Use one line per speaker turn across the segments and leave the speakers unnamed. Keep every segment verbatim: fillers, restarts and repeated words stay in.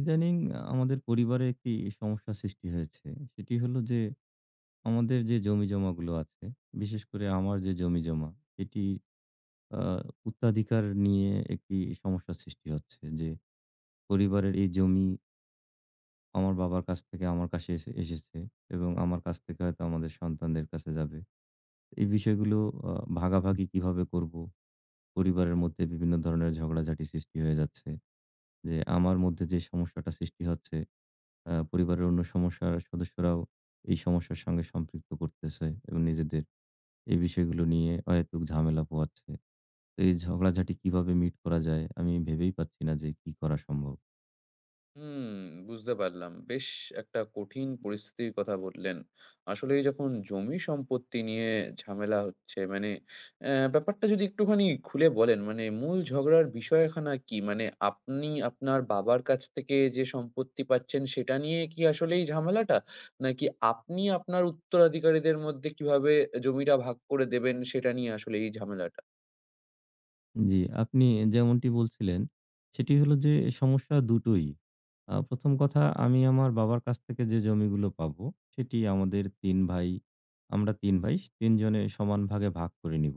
ইদানিং আমাদের পরিবারে একটি সমস্যা সৃষ্টি হয়েছে। সেটি হলো যে আমাদের যে জমিজমাগুলো আছে, বিশেষ করে আমার যে জমিজমা, এটি আ উত্তরাধিকার নিয়ে একটি সমস্যা সৃষ্টি হচ্ছে যে পরিবারের এই জমি আমার বাবার কাছ থেকে আমার কাছে এসে এসেছে এবং আমার কাছ থেকে হয়তো আমাদের সন্তানদের কাছে যাবে। এই বিষয়গুলো আ ভাগাভাগি কিভাবে করব? পরিবারের মধ্যে বিভিন্ন ধরনের ঝগড়াঝাটি সৃষ্টি হয়ে যাচ্ছে। যে আমার মধ্যে যে সমস্যাটা সৃষ্টি হচ্ছে, আ পরিবারের অন্য সমস্যার সদস্যরাও এই সমস্যার সঙ্গে সম্পৃক্ত করতেছে এবং নিজেদের এই বিষয়গুলো নিয়ে অহেতুক ঝামেলা পোহাচ্ছে। তো এই ঝগড়াঝাটি কিভাবে মিট করা যায়? আমি ভেবেই পাচ্ছি না যে কি করা সম্ভব।
হুম, বুঝতে পারলাম। বেশ একটা কঠিন পরিস্থিতির কথা বললেন। আসলে এই যখন জমি সম্পত্তি নিয়ে ঝামেলা হচ্ছে, মানে অ্যা ব্যাপারটা যদি একটুখানি খুলে বলেন, মানে মূল ঝগড়ার বিষয়খানা কি? মানে আপনি আপনার বাবার কাছ থেকে যে সম্পত্তি পাচ্ছেন সেটা নিয়ে কি আসলেই ঝামেলাটা? নাকি আপনি আপনার উত্তরাধিকারীদের মধ্যে কিভাবে জমিটা ভাগ করে দেবেন সেটা নিয়ে আসলে এই ঝামেলাটা?
জি, আপনি যেমনটি বলছিলেন সেটি হলো যে সমস্যা দুটোই। আ প্রথম কথা, আমি আমার বাবার কাছ থেকে যে জমিগুলো পাবো সেটি আমাদের তিন ভাই, আমরা তিন ভাই তিন জনে সমান ভাগে ভাগ করে নিব।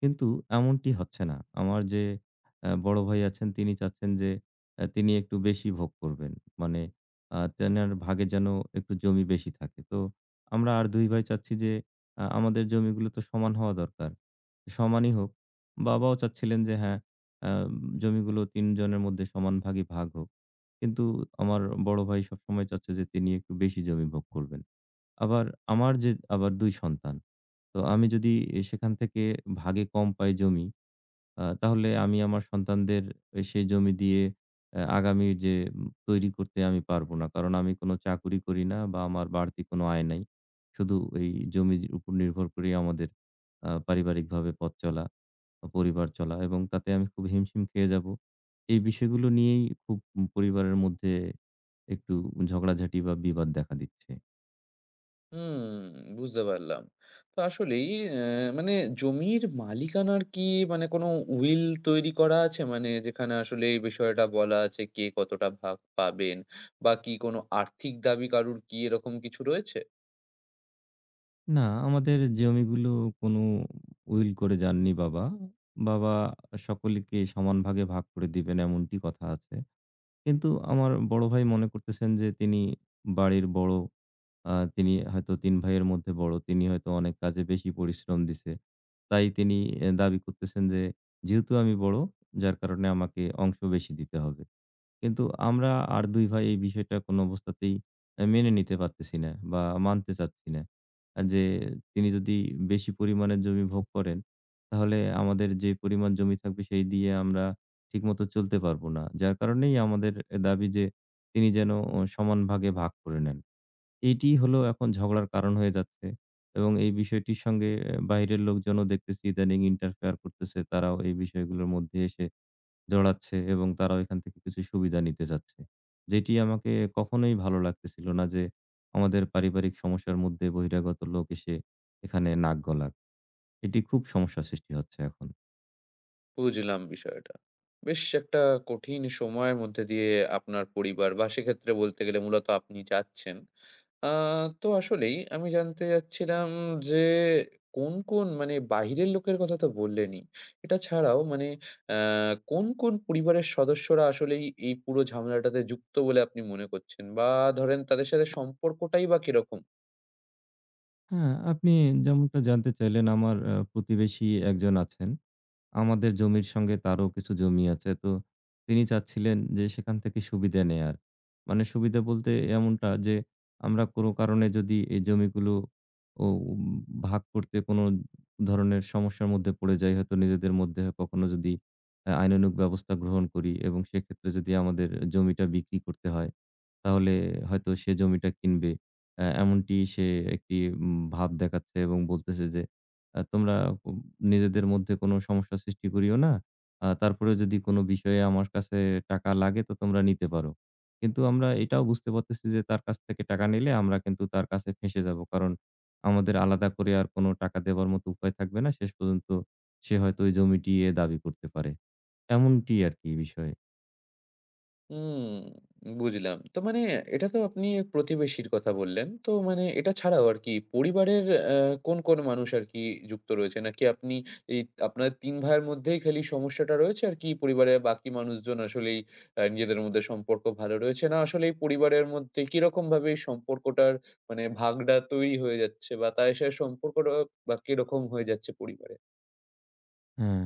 কিন্তু এমনটি হচ্ছে না। আমার যে অ্যা বড় ভাই আছেন তিনি চাচ্ছেন যে অ্যা তিনি একটু বেশি ভোগ করবেন। মানে, আ তেনার ভাগে যেন একটু জমি বেশি থাকে। তো আমরা আর দুই ভাই চাচ্ছি যে আ আমাদের জমিগুলো তো সমান হওয়া দরকার। সমানই হোক। বাবাও চাচ্ছিলেন যে হ্যাঁ, আ জমিগুলো তিন জনের মধ্যে সমান ভাগই ভাগ হোক। কিন্তু আমার বড় ভাই সবসময় চাচ্ছে যে তিনি একটু বেশি জমি ভোগ করবেন। আবার আমার যে আবার দুই সন্তান। তো আমি যদি এ সেখান থেকে ভাগে কম পাই জমি, আ তাহলে আমি আমার সন্তানদের এ সেই জমি দিয়ে অ্যা আগামী যে উম তৈরি করতে আমি পারবো না। কারণ আমি কোনো চাকুরি করি না বা আমার বাড়তি কোনো আয় নাই। শুধু এই জমির উপর নির্ভর করেই আমাদের আ পারিবারিকভাবে পথ চলা, পরিবার চলা, এবং তাতে আমি খুব হিমশিম খেয়ে যাবো। এই বিষয়গুলো নিয়েই খুব উম পরিবারের মধ্যে একটু ঝগড়াঝাটি বা বিবাদ দেখা দিচ্ছে।
হুম, বুঝতে পারলাম। তো আসলেই অ্যা মানে জমির মালিকানার কি, মানে কোনো উইল তৈরি করা আছে? মানে যেখানে আসলে এই বিষয়টা বলা আছে কে কতটা ভাগ পাবেন, বা কি কোনো আর্থিক দাবি কারুর কি এরকম কিছু রয়েছে?
না, আমাদের জমিগুলো কোনো উইল করে যাননি বাবা। বাবা সকলকে সমান ভাগে ভাগ করে দিবেন এমনটি কথা আছে। কিন্তু আমার বড় ভাই মনে করতেছেন যে তিনি বাড়ির বড়। আ তিনি হয়তো তিন ভাইয়ের মধ্যে বড়। তিনি হয়তো অনেক কাজে বেশি পরিশ্রম দিছে। তাই তিনি এ দাবি করতেছেন যে, যেহেতু আমি বড়, যার কারণে আমাকে অংশ বেশি দিতে হবে। কিন্তু আমরা আর দুই ভাই এই বিষয়টা কোনো অবস্থাতেই অ্যা মেনে নিতে পারতেছি না বা মানতে চাচ্ছি না। আ যে তিনি যদি বেশি পরিমাণে জমি ভোগ করেন, তাহলে আমাদের যে পরিমাণ জমি থাকবে সেই দিয়ে আমরা ঠিকমতো চলতে পারবো না। যার কারণেই আমাদের এ দাবি যে তিনি যেন অ সমান ভাগে ভাগ করে নেন। এইটিই হলো এখন ঝগড়ার কারণ হয়ে যাচ্ছে এবং এই বিষয়টির সঙ্গে অ্যা বাইরের লোকজনও দেখতেছি ইদানিং ইন্টারফেয়ার করতেছে। তারাও এই বিষয়গুলোর মধ্যে এসে জড়াচ্ছে এবং তারা এখান থেকে কিছু সুবিধা নিতে চাচ্ছে। যেটি আমাকে কখনোই ভালো লাগতেছিল না যে, আমাদের পারিবারিক সমস্যার মধ্যে বহিরাগত লোক এসে এখানে নাক গলাক। এটি খুব সমস্যার সৃষ্টি হচ্ছে এখন।
বুঝলাম বিষয়টা। বেশ একটা কঠিন সময়ের মধ্যে দিয়ে আপনার পরিবার, বা সেক্ষেত্রে বলতে গেলে মূলত আপনি, যাচ্ছেন। আ তো আসলেই আমি জানতে চাচ্ছিলাম যে কোন, কোন, মানে বাহিরের লোকের কথা তো বললেনই। এটা ছাড়াও মানে আ কোন, কোন পরিবারের সদস্যরা আসলেই এই পুরো ঝামেলাটাতে যুক্ত বলে আপনি মনে করছেন? বা ধরেন তাদের সাথে সম্পর্কটাই বা কিরকম?
হ্যাঁ, আপনি যেমনটা জানতে চাইলেন, আমার আ প্রতিবেশী একজন আছেন। আমাদের জমির সঙ্গে তারও কিছু জমি আছে। তো তিনি চাচ্ছিলেন যে সেখান থেকে সুবিধা নেয়ার। মানে, সুবিধা বলতে এমনটা যে আমরা কোনো কারণে যদি এই জমিগুলো ও উম ভাগ করতে কোনো ধরনের সমস্যার মধ্যে পড়ে যাই, হয়তো নিজেদের মধ্যে কখনো যদি আ আইনানুগ ব্যবস্থা গ্রহণ করি এবং সেক্ষেত্রে যদি আমাদের জমিটা বিক্রি করতে হয়, তাহলে হয়তো সে জমিটা কিনবে। অ্যা এমনটি সে একটি উম ভাব দেখাচ্ছে এবং বলতেছে যে, আ "তোমরা উম নিজেদের মধ্যে কোনো সমস্যা সৃষ্টি করিও না। আ তারপরেও যদি কোনো বিষয়ে আমার কাছে টাকা লাগে তো তোমরা নিতে পারো।" কিন্তু আমরা এটাও বুঝতে পারতেছি যে তার কাছ থেকে টাকা নিলে আমরা কিন্তু তার কাছে ফেঁসে যাবো। কারণ আমাদের আলাদা করে আর কোনো টাকা দেওয়ার মতো উপায় থাকবে না। শেষ পর্যন্ত সে হয়তো ওই জমিটি এ দাবি করতে পারে। এমনটি আরকি বিষয়।
হুম, বুঝলাম। তো মানে এটা তো আপনি প্রতিবেশীর কথা বললেন। তো মানে এটা ছাড়াও আরকি পরিবারের অ্যা কোন, কোন মানুষ আরকি যুক্ত রয়েছে? নাকি আপনি এই আপনার তিন ভাইয়ের মধ্যেই খালি সমস্যাটা রয়েছে, আর কি পরিবারের বাকি মানুষজন আসলেই আ নিজেদের মধ্যে সম্পর্ক ভালো রয়েছে? না আসলেই পরিবারের মধ্যে কিরকমভাবে এই সম্পর্কটার, মানে, ভাগটা তৈরি হয়ে যাচ্ছে, বা তায়ের সাথে সম্পর্কটা বা কিরকম হয়ে যাচ্ছে পরিবারের?
হ্যাঁ,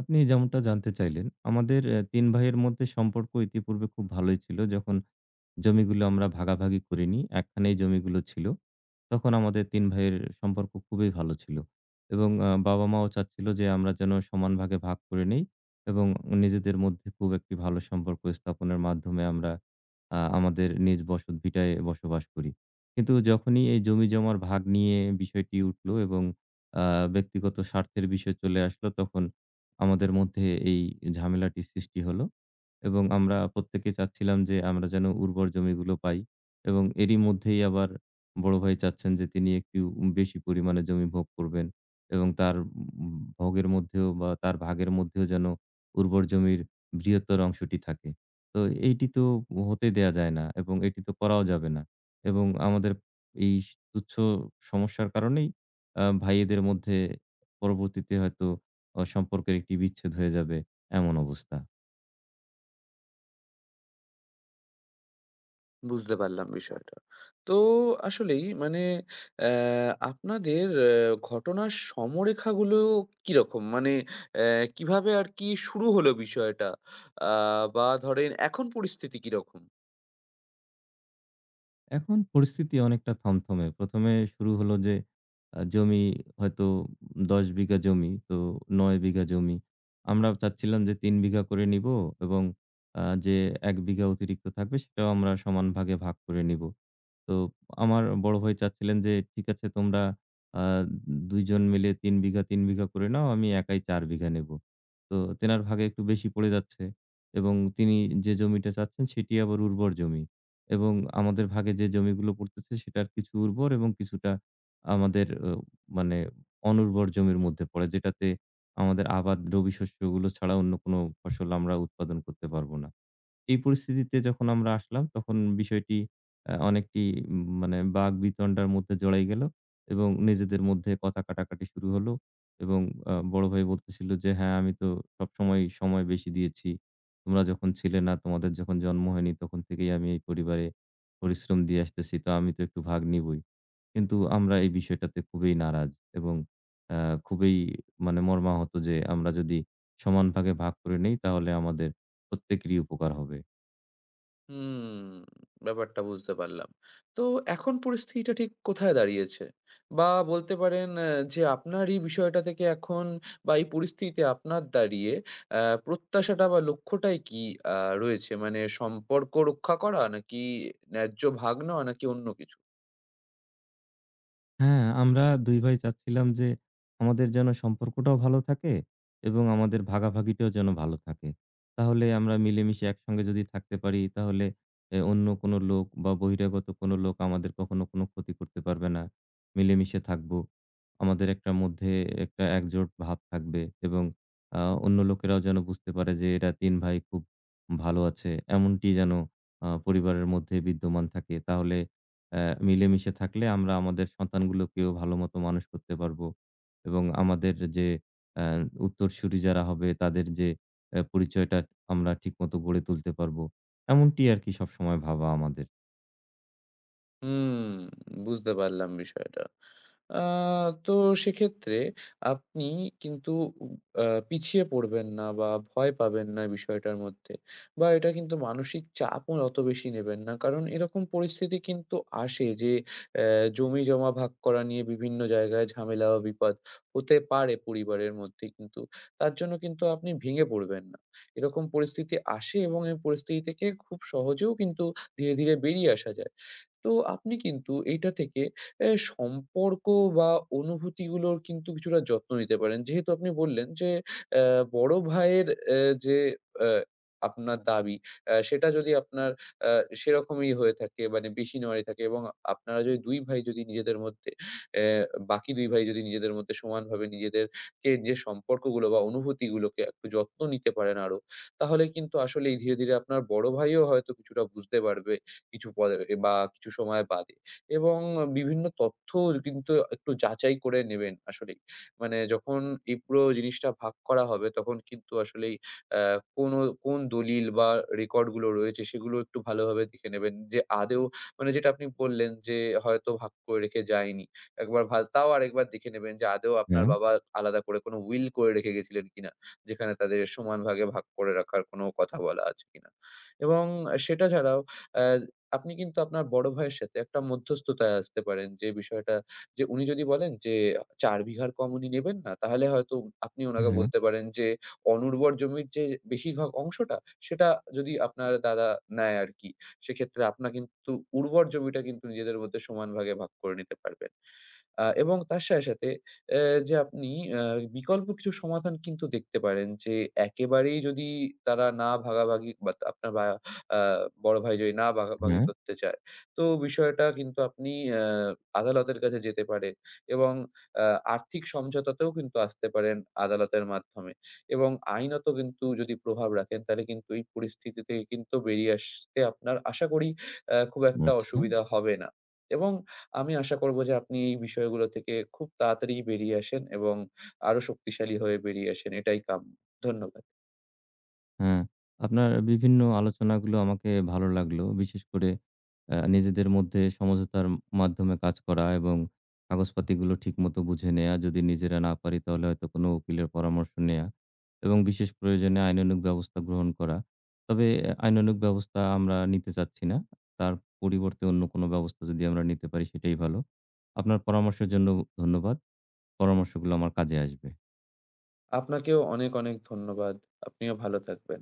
আপনি যেমনটা জানতে চাইলেন, আমাদের অ্যা তিন ভাইয়ের মধ্যে সম্পর্ক ইতিপূর্বে খুব ভালোই ছিল। যখন জমিগুলো আমরা ভাগাভাগি করিনি, একখানেই জমিগুলো ছিল, তখন আমাদের তিন ভাইয়ের সম্পর্ক খুবই ভালো ছিল। এবং আ বাবা-মাও চাচ্ছিল যে আমরা যেন সমান ভাগে ভাগ করে নেই এবং নিজেদের মধ্যে খুব একটি ভালো সম্পর্ক স্থাপনের মাধ্যমে আমরা আ আমাদের নিজ বসতভিটায় বসবাস করি। কিন্তু যখনই এই জমিজমার ভাগ নিয়ে বিষয়টি উঠল এবং আ ব্যক্তিগত স্বার্থের বিষয় চলে আসলো, তখন আমাদের মধ্যে এই ঝামেলাটি সৃষ্টি হলো। এবং আমরা প্রত্যেকে চাচ্ছিলাম যে আমরা যেন উর্বর জমিগুলো পাই, এবং এরই মধ্যেই আবার বড় ভাই চাচ্ছেন যে তিনি একটু বেশি পরিমাণে জমি ভোগ করবেন এবং তার উম ভোগের মধ্যেও বা তার ভাগের মধ্যেও যেন উর্বর জমির বৃহত্তর অংশটি থাকে। তো এইটি তো হতে দেয়া যায় না এবং এটি তো করাও যাবে না। এবং আমাদের এই তুচ্ছ সমস্যার কারণেই আ ভাইয়েদের মধ্যে পরবর্তীতে হয়তো অ সম্পর্কের একটি বিচ্ছেদ হয়ে যাবে, এমন অবস্থা।
বুঝতে পারলাম বিষয়টা। তো আসলেই, মানে, অ্যা আপনাদের অ্যা ঘটনার সমরেখাগুলো কিরকম? মানে অ্যা কিভাবে আরকি শুরু হলো বিষয়টা? আ বা ধরেন এখন পরিস্থিতি কিরকম?
এখন পরিস্থিতি অনেকটা থমথমে। প্রথম এ শুরু হলো যে, আ জমি হয়তো দশ বিঘা জমি, তো নয় বিঘা জমি। আমরা চাচ্ছিলাম যে তিন বিঘা করে নিবো এবং আ যে এক বিঘা অতিরিক্ত থাকবে সেটাও আমরা সমান ভাগে ভাগ করে নিবো। তো আমার বড় ভাই চাচ্ছিলেন যে, "ঠিক আছে, তোমরা আ দুই জন মিলে তিন বিঘা, তিন বিঘা করে নাও। আমি একাই চার বিঘা নেবো।" তো তেনার ভাগে একটু বেশি পড়ে যাচ্ছে এবং তিনি যে জমিটা চাচ্ছেন সেটি আবার উর্বর জমি, এবং আমাদের ভাগে যে জমিগুলো পড়তেছে সেটার কিছু উর্বর এবং কিছুটা আমাদের অ মানে অনুর্বর জমির মধ্যে পড়ে, যেটাতে আমাদের আবাদ রবি শস্যগুলো ছাড়া অন্য কোনো ফসল আমরা উৎপাদন করতে পারবো না। এই পরিস্থিতিতে যখন আমরা আসলাম তখন বিষয়টি আ অনেকটি উম মানে বাকবিতণ্ডার মধ্যে জড়াই গেল এবং নিজেদের মধ্যে কথা কাটাকাটি শুরু হলো। এবং আ বড় ভাই বলতেছিল যে, "হ্যাঁ, আমি তো সবসময় সময় বেশি দিয়েছি। তোমরা যখন ছিলে না, তোমাদের যখন জন্ম হয়নি তখন থেকেই আমি এই পরিবারে পরিশ্রম দিয়ে আসতেছি। তো আমি তো একটু ভাগ নিবই।" কিন্তু আমরা এই বিষয়টাতে খুবই নারাজ এবং আ খুবই মানে মর্মাহত, যে আমরা যদি সমান ভাগে ভাগ করে নেই তাহলে আমাদের প্রত্যেকেরই উপকার হবে।
হুম, ব্যাপারটা বুঝতে পারলাম। তো এখন পরিস্থিতিটা ঠিক কোথায় দাঁড়িয়েছে? বা বলতে পারেন অ্যা যে আপনার এই বিষয়টা থেকে এখন, বা এই পরিস্থিতিতে আপনার দাঁড়িয়ে, অ্যা প্রত্যাশাটা বা লক্ষ্যটাই কি আ রয়েছে? মানে সম্পর্ক রক্ষা করা, নাকি ন্যায্য ভাগ নেওয়া, নাকি অন্য কিছু?
হ্যাঁ, আমরা দুই ভাই চাচ্ছিলাম যে আমাদের যেন সম্পর্কটাও ভালো থাকে এবং আমাদের ভাগাভাগিটাও যেন ভালো থাকে। তাহলে আমরা মিলেমিশে একসঙ্গে যদি থাকতে পারি তাহলে এ অন্য কোনো লোক বা বহিরাগত কোনো লোক আমাদের কখনো কোনো ক্ষতি করতে পারবে না। মিলেমিশে থাকবো। আমাদের একটা মধ্যে একটা একজোট ভাব থাকবে এবং আ অন্য লোকেরাও যেন বুঝতে পারে যে এরা তিন ভাই খুব ভালো আছে। এমনটি যেন আ পরিবারের মধ্যে বিদ্যমান থাকে। তাহলে অ্যা মিলেমিশে থাকলে আমরা আমাদের সন্তানগুলোকেও ভালোমতো মানুষ করতে পারবো এবং আমাদের যে অ্যা উত্তরসূরি যারা হবে তাদের যে অ্যা পরিচয়টা আমরা ঠিকমতো গড়ে তুলতে পারবো। এমনটি আরকি সবসময় ভাবা আমাদের।
হুম, বুঝতে পারলাম বিষয়টা। আ তো সেক্ষেত্রে আপনি কিন্তু আ পিছিয়ে পড়বেন না, বা ভয় পাবেন না বিষয়টার মধ্যে, বা এটা কিন্তু মানসিক চাপও অত বেশি নেবেন না। কারণ এরকম পরিস্থিতি কিন্তু আসে যে অ্যা জমি-জমা ভাগ করা নিয়ে বিভিন্ন জায়গায় ঝামেলা বা বিপদ হতে পারে পরিবারের মধ্যে কিন্তু। তার জন্য কিন্তু আপনি ভেঙে পড়বেন না। এরকম পরিস্থিতি আসে, এবং এই পরিস্থিতি থেকে খুব সহজেও কিন্তু ধীরে, ধীরে বেরিয়ে আসা যায়। তো আপনি কিন্তু এইটা থেকে এ সম্পর্ক বা অনুভূতিগুলোর কিন্তু কিছুটা যত্ন নিতে পারেন। যেহেতু আপনি বললেন যে অ্যা বড় ভাইয়ের অ্যা যে অ্যা আপনার দাবি, অ্যা সেটা যদি আপনার অ্যা সেরকমই হয়ে থাকে, মানে বেশি নেওয়ারই থাকে, এবং আপনারা যদি দুই ভাই যদি নিজেদের মধ্যে অ্যা বাকি দুই ভাই যদি নিজেদের মধ্যে সমানভাবে নিজেদেরকে যে সম্পর্কগুলো বা অনুভূতিগুলোকে একটু যত্ন নিতে পারেন আরো, তাহলে কিন্তু আসলেই ধীরে, ধীরে আপনার বড় ভাইও হয়তো কিছুটা বুঝতে পারবে কিছু পরে, বা কিছু সময় বাদে। এবং বিভিন্ন তথ্য কিন্তু একটু যাচাই করে নেবেন আসলেই। মানে যখন এই পুরো জিনিসটা ভাগ করা হবে, তখন কিন্তু আসলেই আ কোনো কোন দলিল বা রেকর্ড গুলো রয়েছে সেগুলো একটু ভালোভাবে দেখে নেবেন। যে আদেও, মানে, যেটা আপনি বললেন যে হয়তো ভাগ করে রেখে যায়নি। একবার ভা তাও আরেকবার দেখে নেবেন যে আদেও আপনার
হ্যাঁ,
বাবা আলাদা করে কোনো উইল করে রেখে গেছিলেন কিনা? যেখানে তাদের সমান ভাগে ভাগ করে রাখার কোনো কথা বলা আছে কিনা? এবং সেটা ছাড়াও অ্যা আপনি কিন্তু আপনার বড় ভাইয়ের সাথে একটা মধ্যস্থতায় আসতে পারেন, যে বিষয়টা, যে উনি যদি বলেন যে চার বিঘার কম উনি নেবেন না, তাহলে হয়তো আপনি ওনাকে
হ্যাঁ,
বলতে পারেন যে অনুর্বর জমির যে বেশিরভাগ অংশটা, সেটা যদি আপনার দাদা নেয় আর কি, সেক্ষেত্রে আপনার কিন্তু উর্বর জমিটা কিন্তু নিজেদের মধ্যে সমান ভাগে ভাগ করে নিতে পারবেন। আ এবং তার সাথে, সাথে এ যে আপনি আ বিকল্প কিছু সমাধান কিন্তু দেখতে পারেন যে একেবারেই যদি তারা না ভাগাভাগি, বা তা- আপনার বা আ বড় ভাই যদি না ভাগাভাগি
হ্যাঁ,
করতে চায়। তো বিষয়টা কিন্তু আপনি আ আদালতের কাছে যেতে পারে, এবং আ আর্থিক সমঝোতাতেও কিন্তু আসতে পারেন আদালতের মাধ্যমে, এবং আইনত কিন্তু যদি প্রভাব রাখেন, তাহলে কিন্তু এই পরিস্থিতি থেকে কিন্তু বেরিয়ে আসতে আপনার, আশা করি, আ খুব একটা
আচ্ছা।
অসুবিধা হবে না। এবং আমি আশা করব যে আপনি এই বিষয়গুলো থেকে খুব তাড়াতাড়ি বেরিয়ে আসেন, এবং আরো শক্তিশালী হয়ে বেরিয়ে আসেন। এটাই কাম্য। ধন্যবাদ।
হ্যাঁ, আপনার বিভিন্ন আলোচনাগুলো আমাকে ভালো লাগলো। বিশেষ করে অ্যা নিজেদের মধ্যে সমঝোতার মাধ্যমে কাজ করা এবং কাগজপাতিগুলো ঠিকমতো বুঝে নেয়া। যদি নিজেরা না পারি তাহলে হয়তো কোনো উকিলের পরামর্শ নেয়া এবং বিশেষ প্রয়োজনে আইনানুগ ব্যবস্থা গ্রহণ করা। তবে অ্যা আইনানুগ ব্যবস্থা আমরা নিতে চাচ্ছি না। তার পরিবর্তে অন্য কোনো ব্যবস্থা যদি আমরা নিতে পারি সেটাই ভালো। আপনার পরামর্শের জন্য ধন্যবাদ। পরামর্শগুলো আমার কাজে আসবে।
আপনাকেও অনেক, অনেক ধন্যবাদ। আপনিও ভালো থাকবেন।